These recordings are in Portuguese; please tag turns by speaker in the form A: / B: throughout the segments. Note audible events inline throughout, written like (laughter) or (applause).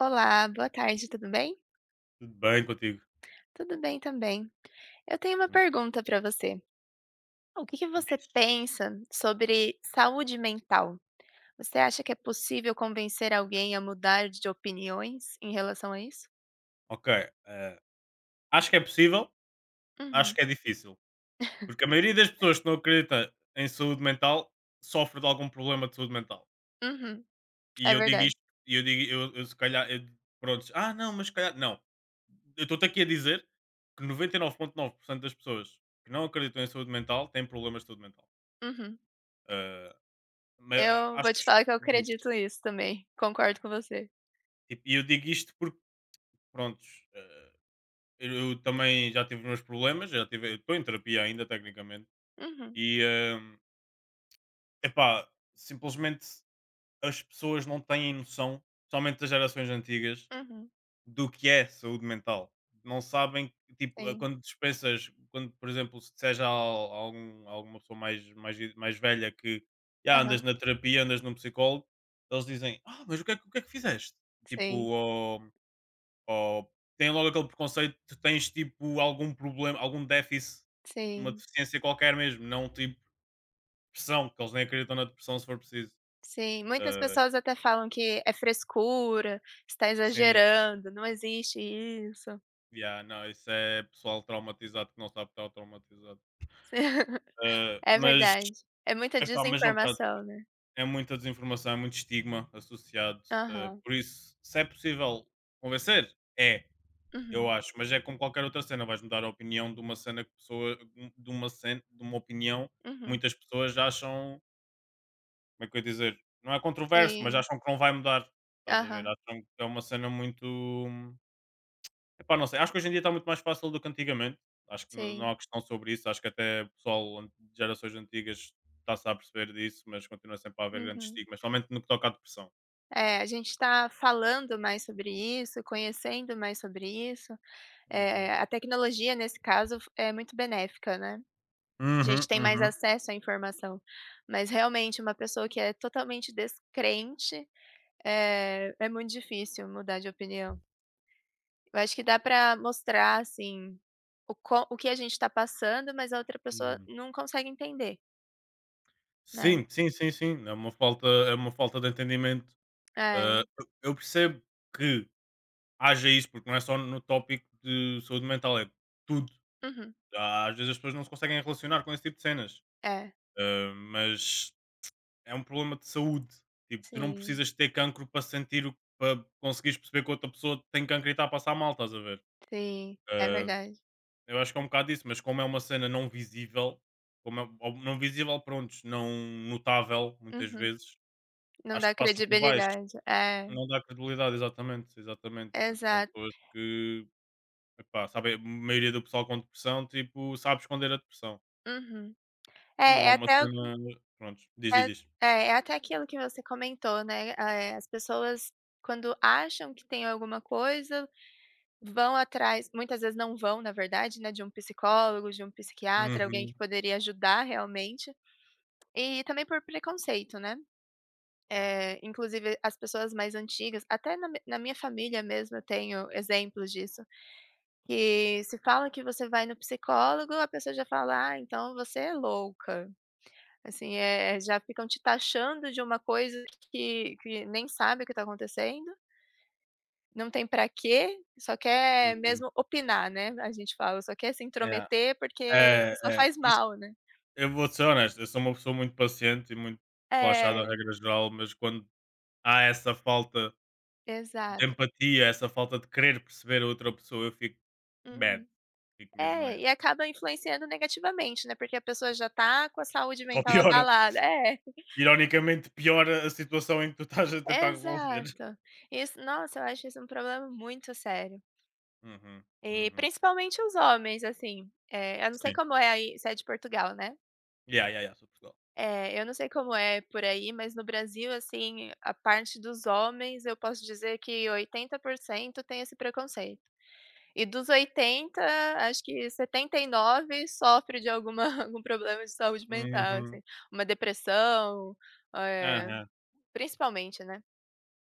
A: Olá, boa tarde, tudo bem?
B: Tudo bem contigo?
A: Tudo bem também. Eu tenho uma
B: Hum.
A: pergunta para você. O que que você
B: Diz.
A: pensa sobre saúde mental? Você acha que é possível convencer alguém a mudar de opiniões em relação a isso?
B: Ok, eh, acho que é possível, acho
A: Uhum,
B: que é difícil, porque a maioria das pessoas que não acredita em saúde mental sofre de algum problema de saúde mental.
A: uhum,
B: E
A: é
B: eu digo
A: verdade.
B: isto, e eu digo, eu se calhar, prontos, ah não, mas se calhar, não. Eu estou-te aqui a dizer que 99,9% das pessoas que não acreditam em saúde mental têm problemas de saúde mental.
A: Uhum.
B: Eh, mas
A: Eu vou
B: acho,
A: te falar que eu acredito
B: diz.
A: nisso também. Concordo com você.
B: Tipo, e eu digo isto porque, prontos. Eu também já tive os meus problemas, já tive, estou em terapia ainda, tecnicamente,
A: Uhum,
B: e é epá, simplesmente as pessoas não têm noção, somente das gerações antigas,
A: uhum,
B: do que é saúde mental. Não sabem, tipo,
A: sim.
B: quando dispensas, quando, por exemplo, se disseres a, a algum, a alguma pessoa mais, mais velha que "Ya, andas
A: Aham,
B: na terapia, andas num psicólogo, eles dizem, ah, mas o que é, que o que é que fizeste? Tipo,
A: sim,
B: ou tem logo aquele preconceito, tu tens tipo algum problema, algum déficit, uma
A: sim.
B: deficiência qualquer mesmo, não tipo depressão, que eles nem acreditam na depressão se for preciso.
A: Sim, muitas
B: Ah,
A: pessoas até falam que é frescura, está
B: sim,
A: exagerando, não existe isso.
B: yeah, não, isso é pessoal traumatizado que não sabe que está traumatizado.
A: (laughs)
B: Ah,
A: É
B: mas,
A: verdade, é muita
B: epá, mas é um bocado,
A: desinformação, né.
B: é muita desinformação, é muito estigma associado. Ah,
A: Aham,
B: por isso, se é possível convencer, é. Eu
A: uhum,
B: acho, mas é como qualquer outra cena, vais mudar a opinião de uma cena que pessoa, de uma cena, de uma opinião que
A: uhum,
B: muitas pessoas acham, como é que eu ia dizer, não é controverso, mas
A: sim,
B: acham que não vai mudar. Estás a ver?
A: aham,
B: Acham que é uma cena muito. Epá, não sei. Acho que hoje em dia está muito mais fácil do que antigamente. Acho que
A: sim,
B: não há questão sobre isso. Acho que até o pessoal de gerações antigas está-se a perceber disso, mas continua sempre a haver grandes
A: uhum.
B: estigmas, somente no que toca à depressão.
A: É, a gente está falando mais sobre isso, conhecendo mais sobre isso, é
B: Uhum.
A: a tecnologia nesse caso é muito benéfica, né. A gente
B: Uhum,
A: tem mais
B: uhum,
A: acesso à informação, mas realmente uma pessoa que é totalmente descrente. É, é muito difícil mudar de opinião. Eu acho que dá pra mostrar, assim, o que a gente tá passando, mas a outra pessoa
B: uhum.
A: não consegue entender, né.
B: Sim, sim, sim, sim. É uma falta de entendimento. Ah,
A: É.
B: eu percebo que haja isso, porque não é só no tópico de saúde mental, é tudo.
A: Uhum.
B: Há- Às vezes as pessoas não se conseguem relacionar com esse tipo de cenas.
A: É.
B: Ah, mas é um problema de saúde. Tipo, tu não
A: Sim,
B: precisas ter cancro para sentir, para conseguires perceber que outra pessoa tem cancro e está a passar mal, estás a ver?
A: sim. É
B: Ah,
A: verdade.
B: eu acho que é um bocado isso, mas como é uma cena não visível, como é, ou não visível, prontos, não notável, muitas
A: Uhum.
B: vezes,
A: Não
B: acho
A: dá
B: que passa por baixo.
A: credibilidade. É.
B: Não dá credibilidade, exatamente, exatamente, porque são
A: Exato.
B: pessoas que, epá, sabem, a maioria do pessoal com depressão, tipo, sabe esconder a depressão.
A: Uhum.
B: Não
A: É,
B: é
A: é
B: uma
A: até o que
B: cena, prontos,
A: é
B: diz.
A: é até aquilo que você comentou, né. As pessoas quando acham que tem alguma coisa vão atrás. Muitas vezes não vão, na verdade, né, de um psicólogo, de um psiquiatra, alguém
B: Uhum,
A: que poderia ajudar realmente, e também por preconceito, né.
B: claro.
A: Inclusive as pessoas mais antigas, até na mi na minha família mesmo eu tenho exemplos disso, que se fala que você vai no psicólogo, a pessoa já fala: "Ah, então você é louca", assim, é, já ficam te taxando de uma coisa que nem sabe o que está acontecendo. Não tem pra quê, só quer
B: Uhum.
A: mesmo opinar, né, a gente fala, só quer se
B: Yeah.
A: intrometer porque
B: É,
A: só
B: é,
A: faz
B: isso,
A: mal, né.
B: eu vou ser honesto, eu sou uma pessoa muito paciente e muito relaxada, a
A: É,
B: regra geral, mas quando há essa falta de
A: exato.
B: empatia, essa falta de querer perceber a outra pessoa, eu fico mad,
A: Uhum.
B: fico mesmo
A: É,
B: mad.
A: e acaba influenciando negativamente, né, porque a pessoa já tá com a saúde
B: Só
A: mental
B: piora,
A: abalada. É,
B: ironicamente, piora a situação em que tu estás a tentar resolver.
A: exato. Isso nossa, eu acho isso um problema muito sério.
B: Uhum,
A: E
B: uhum.
A: principalmente os homens, assim, eu não sei
B: Sim.
A: como é aí, você é de Portugal, né?
B: Yeah, yeah, yeah, sou de Portugal.
A: É, eu não sei como é por aí, mas no Brasil, assim, a parte dos homens, eu posso dizer que 80% tem esse preconceito. E dos 80, acho que 79 sofre de alguma (laughs) algum problema de saúde mental,
B: Uhum.
A: assim, uma depressão, eh,
B: Aham.
A: principalmente, né.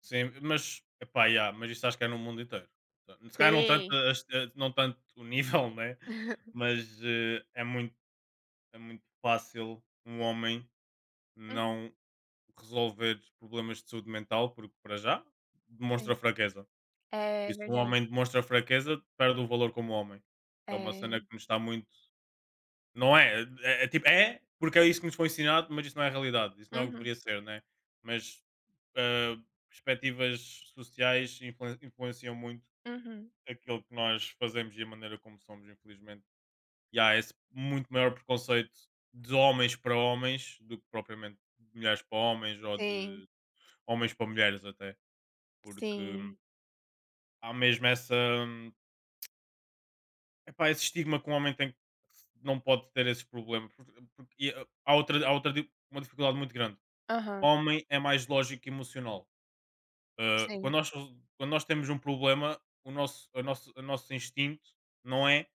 B: Sim, mas, epá, yeah, mas isso acho que é no mundo inteiro. Portanto, se calhar não tanto,
A: Sim.
B: não tanto o nível, (laughs) né?
A: (laughs)
B: Mas é muito fácil um homem
A: Uhum,
B: não resolver problemas de saúde mental, porque para já demonstra
A: sim.
B: fraqueza. E
A: É
B: se um
A: verdade.
B: homem demonstra fraqueza, perde o valor como homem. Que é uma
A: É.
B: cena que nos está muito. Não é, é tipo, é, porque é isso que nos foi ensinado, mas isso não é a realidade, isso não é o que
A: Uhum,
B: deveria ser, né? Mas, ah, perspectivas sociais influenciam muito
A: uhum.
B: aquilo que nós fazemos e a maneira como somos, infelizmente. E há esse muito maior preconceito de homens para homens do que propriamente de mulheres para homens ou
A: Sim,
B: de homens para mulheres até, porque
A: sim.
B: há mesmo essa hum, epá, esse estigma que um homem tem que não pode ter esse problema porque e ah, há outra di uma dificuldade muito grande.
A: Aham,
B: Homem é mais lógico e emocional. Ah,
A: sim.
B: quando nós temos um problema, o nosso instinto não é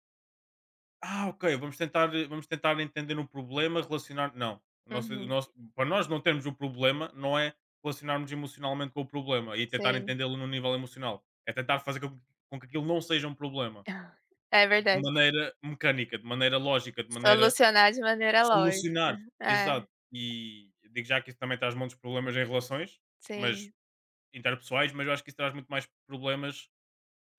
B: ah, ok, vamos tentar entender um problema, relacionar. Não. O
A: Uhum,
B: nosso, para nós não termos um problema, não é relacionarmos emocionalmente com o problema e tentar
A: sim.
B: entendê-lo no nível emocional. É tentar fazer com que aquilo não seja um problema
A: (laughs) É
B: de
A: verdade.
B: maneira mecânica, de maneira lógica, de maneira
A: Solucionar de maneira lógica.
B: solucionar. Exato.
A: É,
B: E digo já que isso também traz montes de problemas em relações, mas
A: sim,
B: interpessoais, mas eu acho que isso traz muito mais problemas,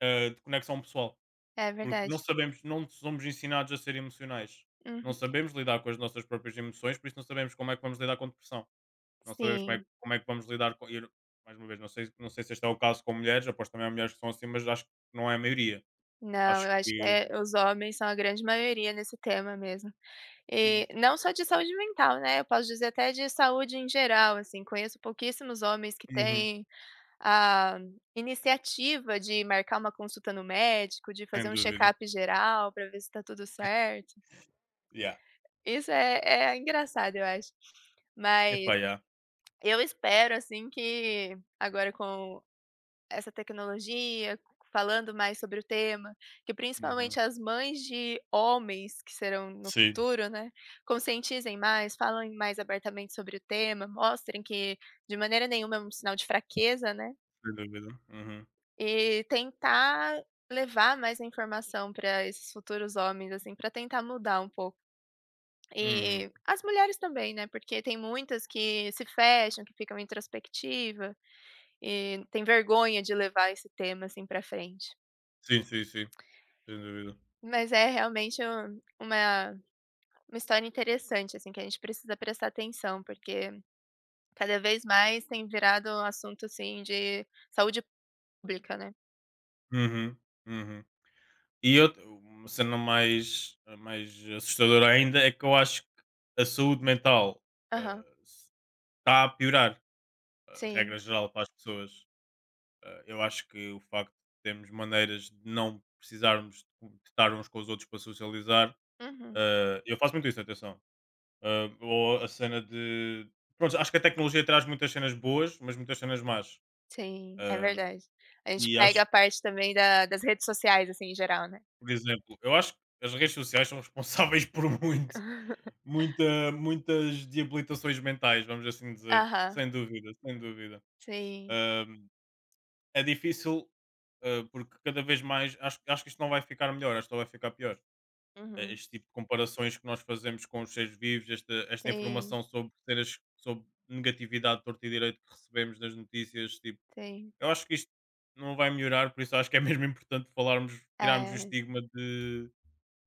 B: ah, de conexão pessoal,
A: é
B: porque não
A: verdade.
B: sabemos, não somos ensinados a ser emocionais. Não
A: Uhum,
B: sabemos lidar com as nossas próprias emoções, por isso não sabemos como é que vamos lidar com depressão. Não sabemos como é,
A: sim.
B: como é que vamos lidar com. Mais uma vez, não sei, não sei se este é o caso com mulheres, aposto também há mulheres que são assim, mas acho que não é a maioria.
A: Não,
B: Acho
A: eu acho que
B: que.
A: é, os homens são a grande maioria nesse tema mesmo. E não só de saúde mental, né, eu posso dizer até de saúde em geral, assim, conheço pouquíssimos homens que
B: Uhum,
A: têm a iniciativa de marcar uma consulta no médico, de fazer
B: sem
A: um
B: dúvida.
A: check-up geral para ver se tá tudo certo.
B: Yeah.
A: Isso é, engraçado, eu acho. Mas
B: Epá, yeah.
A: eu espero, assim, que agora com essa tecnologia, falando mais sobre o tema, que
B: Uhum.
A: principalmente as mães de homens que serão no
B: Sim,
A: futuro, né, conscientizem mais, falem mais abertamente sobre o tema, mostrem que de maneira nenhuma é um sinal de fraqueza, né,
B: sem dúvida. Uhum.
A: e tentar levar mais a informação para esses futuros homens, assim, para tentar mudar um pouco.
B: Uhum.
A: E as mulheres também, né, porque tem muitas que se fecham, que ficam introspectiva e tem vergonha de levar esse tema, assim, para frente.
B: Sim, sim, sim, sem dúvida.
A: Mas é realmente uma história interessante, assim, que a gente precisa prestar atenção, porque cada vez mais tem virado um assunto, assim, de saúde pública, né.
B: Uhum. Uhum. E eu, uma cena mais, mais assustadora ainda é que eu acho que a saúde mental
A: Aham,
B: ah, está a piorar, a
A: sim.
B: regra geral, para as pessoas. Ah, eu acho que o facto de termos maneiras de não precisarmos de estar uns com os outros para socializar,
A: Uhum.
B: ah, eu faço muito isso, atenção. Ah, ou a cena de. Pronto, acho que a tecnologia traz muitas cenas boas, mas muitas cenas más.
A: Sim, é
B: Ah,
A: verdade. A gente
B: e
A: pega
B: acho
A: a
B: que,
A: parte também da das redes sociais, assim, em geral, né.
B: por exemplo, eu acho que as redes sociais são responsáveis (laughs) por muito.
A: (laughs)
B: Muitas deabilitações mentais, vamos assim dizer,
A: Aham,
B: sem dúvida, sem dúvida.
A: sim.
B: Hum, é difícil, hã, porque cada vez mais acho que isto não vai ficar melhor, acho que só vai ficar pior.
A: Uhum.
B: Este tipo de comparações que nós fazemos com os seres vivos, esta
A: Sim,
B: informação sobre cenas sobre negatividade torto e direito que recebemos nas notícias, tipo,
A: sim.
B: eu acho que isto não vai melhorar, por isso acho que é (laughs) mesmo importante falarmos tirarmos o
A: É.
B: estigma de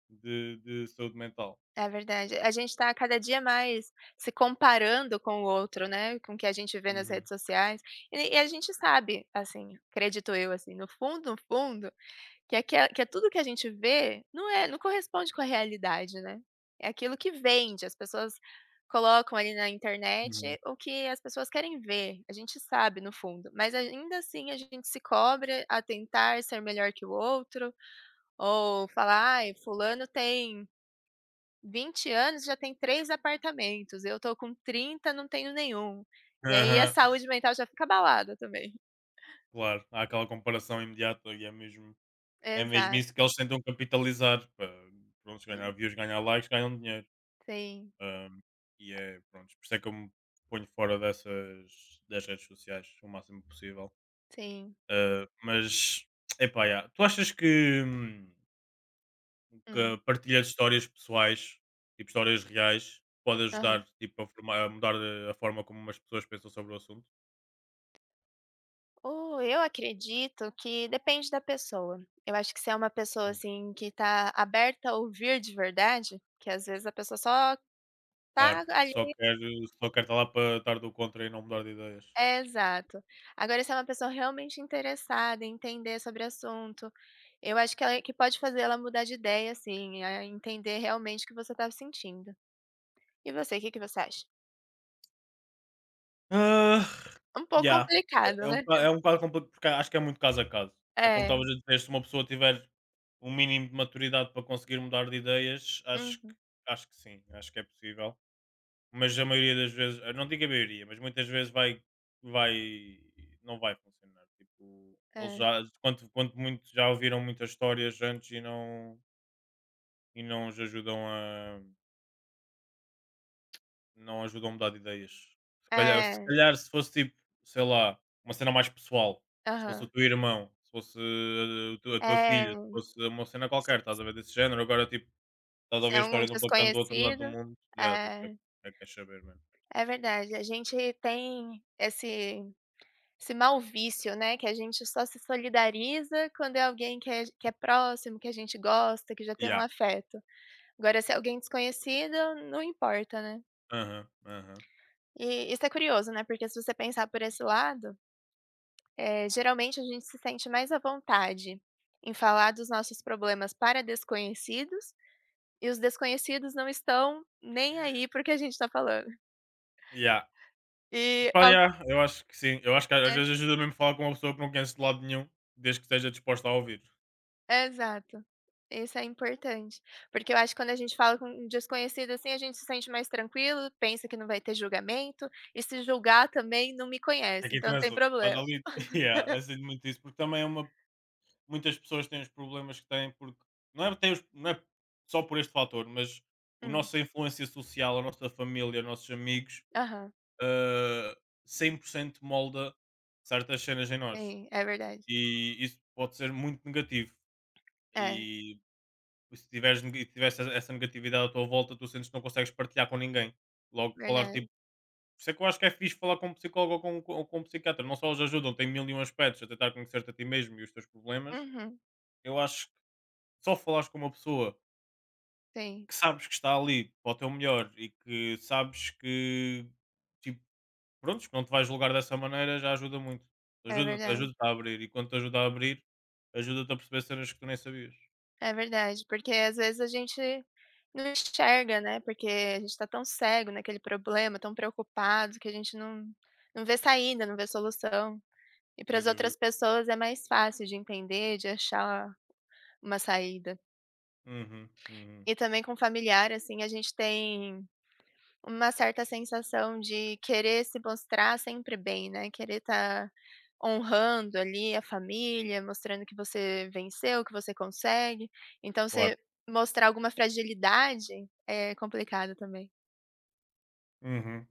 B: de saúde mental.
A: É verdade. A gente está cada dia mais se comparando com o outro, né, com o que a gente vê nas
B: Uhum,
A: redes sociais. E a gente sabe, assim, acredito eu, assim, no fundo, no fundo, que aque que tudo que a gente vê não corresponde com a realidade, né. É aquilo que vende, as pessoas colocam ali na
B: uhum.
A: internet o que as pessoas querem ver, a gente sabe no fundo, mas ainda assim a gente se cobra a tentar ser melhor que o outro, ou falar: "Ai, fulano tem 20 anos, já tem 3 apartamentos, eu tô com 30, não tenho nenhum". E aí a
B: (laughs)
A: saúde mental já fica abalada também.
B: Claro, há aquela comparação imediata e é mesmo isso que
A: Exato.
B: eles tentam capitalizar para pronto, ganhar views, ganhar likes, ganham dinheiro.
A: Sim,
B: Ahm, e é pronto, por isso é que eu me ponho fora dessas das redes sociais o máximo possível.
A: sim.
B: Ah, mas epá, yeah. Tu achas que a
A: Hum.
B: partilha de histórias pessoais, tipo histórias reais, pode
A: Aham.
B: ajudar tipo, formar- a mudar a forma como as pessoas pensam sobre o assunto?
A: Oh, eu acredito que depende da pessoa. Eu acho que se é uma pessoa,
B: Hum,
A: assim, que tá aberta a ouvir de verdade, que às vezes a pessoa só
B: Claro,
A: tá.
B: só quer estar lá para estar do contra e não mudar de ideias.
A: É, exato. Agora se é uma pessoa realmente interessada em entender sobre o assunto, eu acho que ela que pode fazer ela mudar de ideia, assim, a entender realmente o que você tá sentindo. E você, o que que você acha?
B: Ah,
A: Um pouco
B: já é
A: complicado,
B: é um
A: né?
B: boca é um bocado complicado, porque acho que é muito caso a caso. É como
A: É.
B: estavas a dizer, se uma pessoa tiver um mínimo de maturidade para conseguir mudar de ideias,
A: Uhum.
B: acho que sim, acho que é possível. Mas a maioria das vezes, eu não digo a maioria, mas muitas vezes vai não vai funcionar. Tipo, eles
A: É.
B: já quanto muito já ouviram muitas histórias antes e não os ajudam a não ajudam a mudar de ideias. Se
A: É.
B: calhar se fosse tipo, sei lá, uma cena mais pessoal, se fosse o
A: Aham.
B: teu irmão, se fosse a tua
A: É.
B: filha, se fosse uma cena
A: Se
B: qualquer, estás a ver, desse género, agora tipo, estás a
A: se
B: ouvir a
A: é um
B: história de um bacana do outro lado
A: desconhecido.
B: do mundo, yeah, tipo,
A: É.
B: é que queres saber, mano.
A: É
B: Tipo,
A: verdade. A gente tem esse, esse mau vício, né, que a gente só se solidariza quando é alguém que é, que é próximo, que a gente gosta, que já tem um
B: yeah,
A: afeto. Agora se é alguém desconhecido, não importa, né.
B: aham, aham.
A: E isso é curioso, né, porque se você pensar por esse lado, geralmente a gente se sente mais à vontade em falar dos nossos problemas para desconhecidos, e os desconhecidos não estão nem aí para o que a gente está falando.
B: Yeah.
A: E
B: Pá,
A: ao
B: yeah, eu acho que sim, eu acho que às
A: é.
B: vezes ajuda mesmo falar com uma pessoa que não conheces de lado nenhum, desde que esteja disposta a ouvir.
A: Exato. Isso é importante, porque eu acho que quando a gente fala com um desconhecido, assim, a gente se sente mais tranquilo, pensa que não vai ter julgamento, e se julgar também não me
B: O que é
A: conhece,
B: que
A: então não tem
B: interessa? Estás
A: problema.
B: ali, (laughs) yeah, é sinto muito isso, porque também é uma muitas pessoas têm os problemas que têm porque não é, têm os- não é só por este fator, mas a
A: Hum,
B: nossa influência social, a nossa família, os nossos amigos,
A: aham,
B: eh, 100% molda certas cenas em nós.
A: sim, é verdade.
B: E isso pode ser muito negativo.
A: É,
B: E se tiveres, tiveres essa essa negatividade à tua volta, tu sentes que não consegues partilhar com ninguém. Logo, falar tipo.
A: verdade.
B: Por isso é que eu acho que é fixe falar com um psicólogo ou ou com um psiquiatra. Não só eles ajudam, tem mil e um aspectos a tentar conhecer-te a ti mesmo e os teus problemas.
A: Uhum,
B: Eu acho que só falares com uma pessoa
A: sim,
B: que sabes que está ali para o teu melhor e que sabes que, tipo, prontos, que não te vais julgar dessa maneira já ajuda muito.
A: é verdade.
B: Ajuda-te a abrir e quando te ajuda a abrir, ajuda-te a perceber cenas que tu nem sabias.
A: É verdade, porque às vezes a gente não enxerga, né, porque a gente tá tão cego naquele problema, tão preocupado, que a gente não não vê saída, não vê solução. E para
B: Sem
A: as
B: dúvida.
A: outras pessoas é mais fácil de entender, de achar uma saída.
B: Uhum, uhum,
A: E também com familiar, assim, a gente tem uma certa sensação de querer se mostrar sempre bem, né, querer estar honrando ali a família, mostrando que você venceu, que você consegue. Então
B: claro.
A: você mostrar alguma fragilidade é complicado também.
B: Uhum.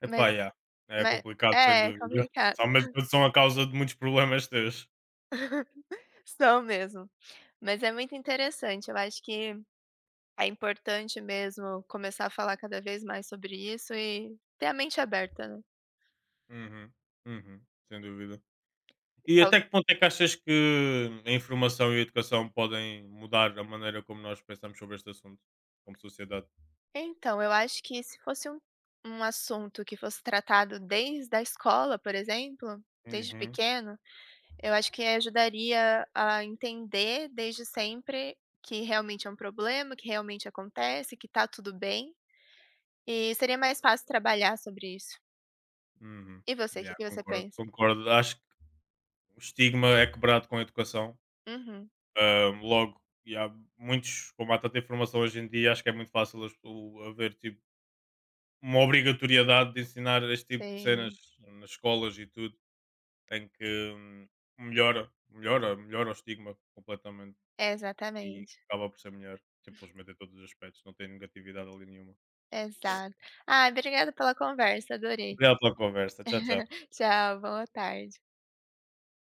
B: Epá,
A: Mas
B: yeah. É
A: mas
B: complicado, sem
A: é, é
B: dúvida.
A: complicado.
B: São, mas são a causa de muitos problemas teus.
A: (laughs) São mesmo. Mas é muito interessante, eu acho que é importante mesmo começar a falar cada vez mais sobre isso e ter a mente aberta, né.
B: Uhum, uhum, sem dúvida. E
A: Tal
B: até que ponto é que achas que a informação e a educação podem mudar a maneira como nós pensamos sobre este assunto, como sociedade?
A: Então, eu acho que se fosse um, um assunto que fosse tratado desde a escola, por exemplo, desde
B: Uhum,
A: pequeno, eu acho que ajudaria a entender desde sempre que realmente é um problema, que realmente acontece, que tá tudo bem, e seria mais fácil trabalhar sobre isso.
B: uhum.
A: E você, o que
B: Yeah,
A: que você
B: concordo,
A: pensa?
B: concordo. Acho que o estigma é quebrado com a educação.
A: Uhum,
B: Logo, e há muitos, como há tanta informação hoje em dia, acho que é muito fácil haver tipo, uma obrigatoriedade de ensinar este tipo de cenas
A: sim,
B: nas escolas e tudo, em que hum, melhora o estigma completamente e
A: exatamente.
B: acaba por ser melhor, simplesmente em todos os aspectos, não tem negatividade ali nenhuma.
A: Exato. Ah, obrigada pela conversa, adorei.
B: Obrigado pela conversa, tchau, tchau.
A: (laughs) Tchau, boa tarde.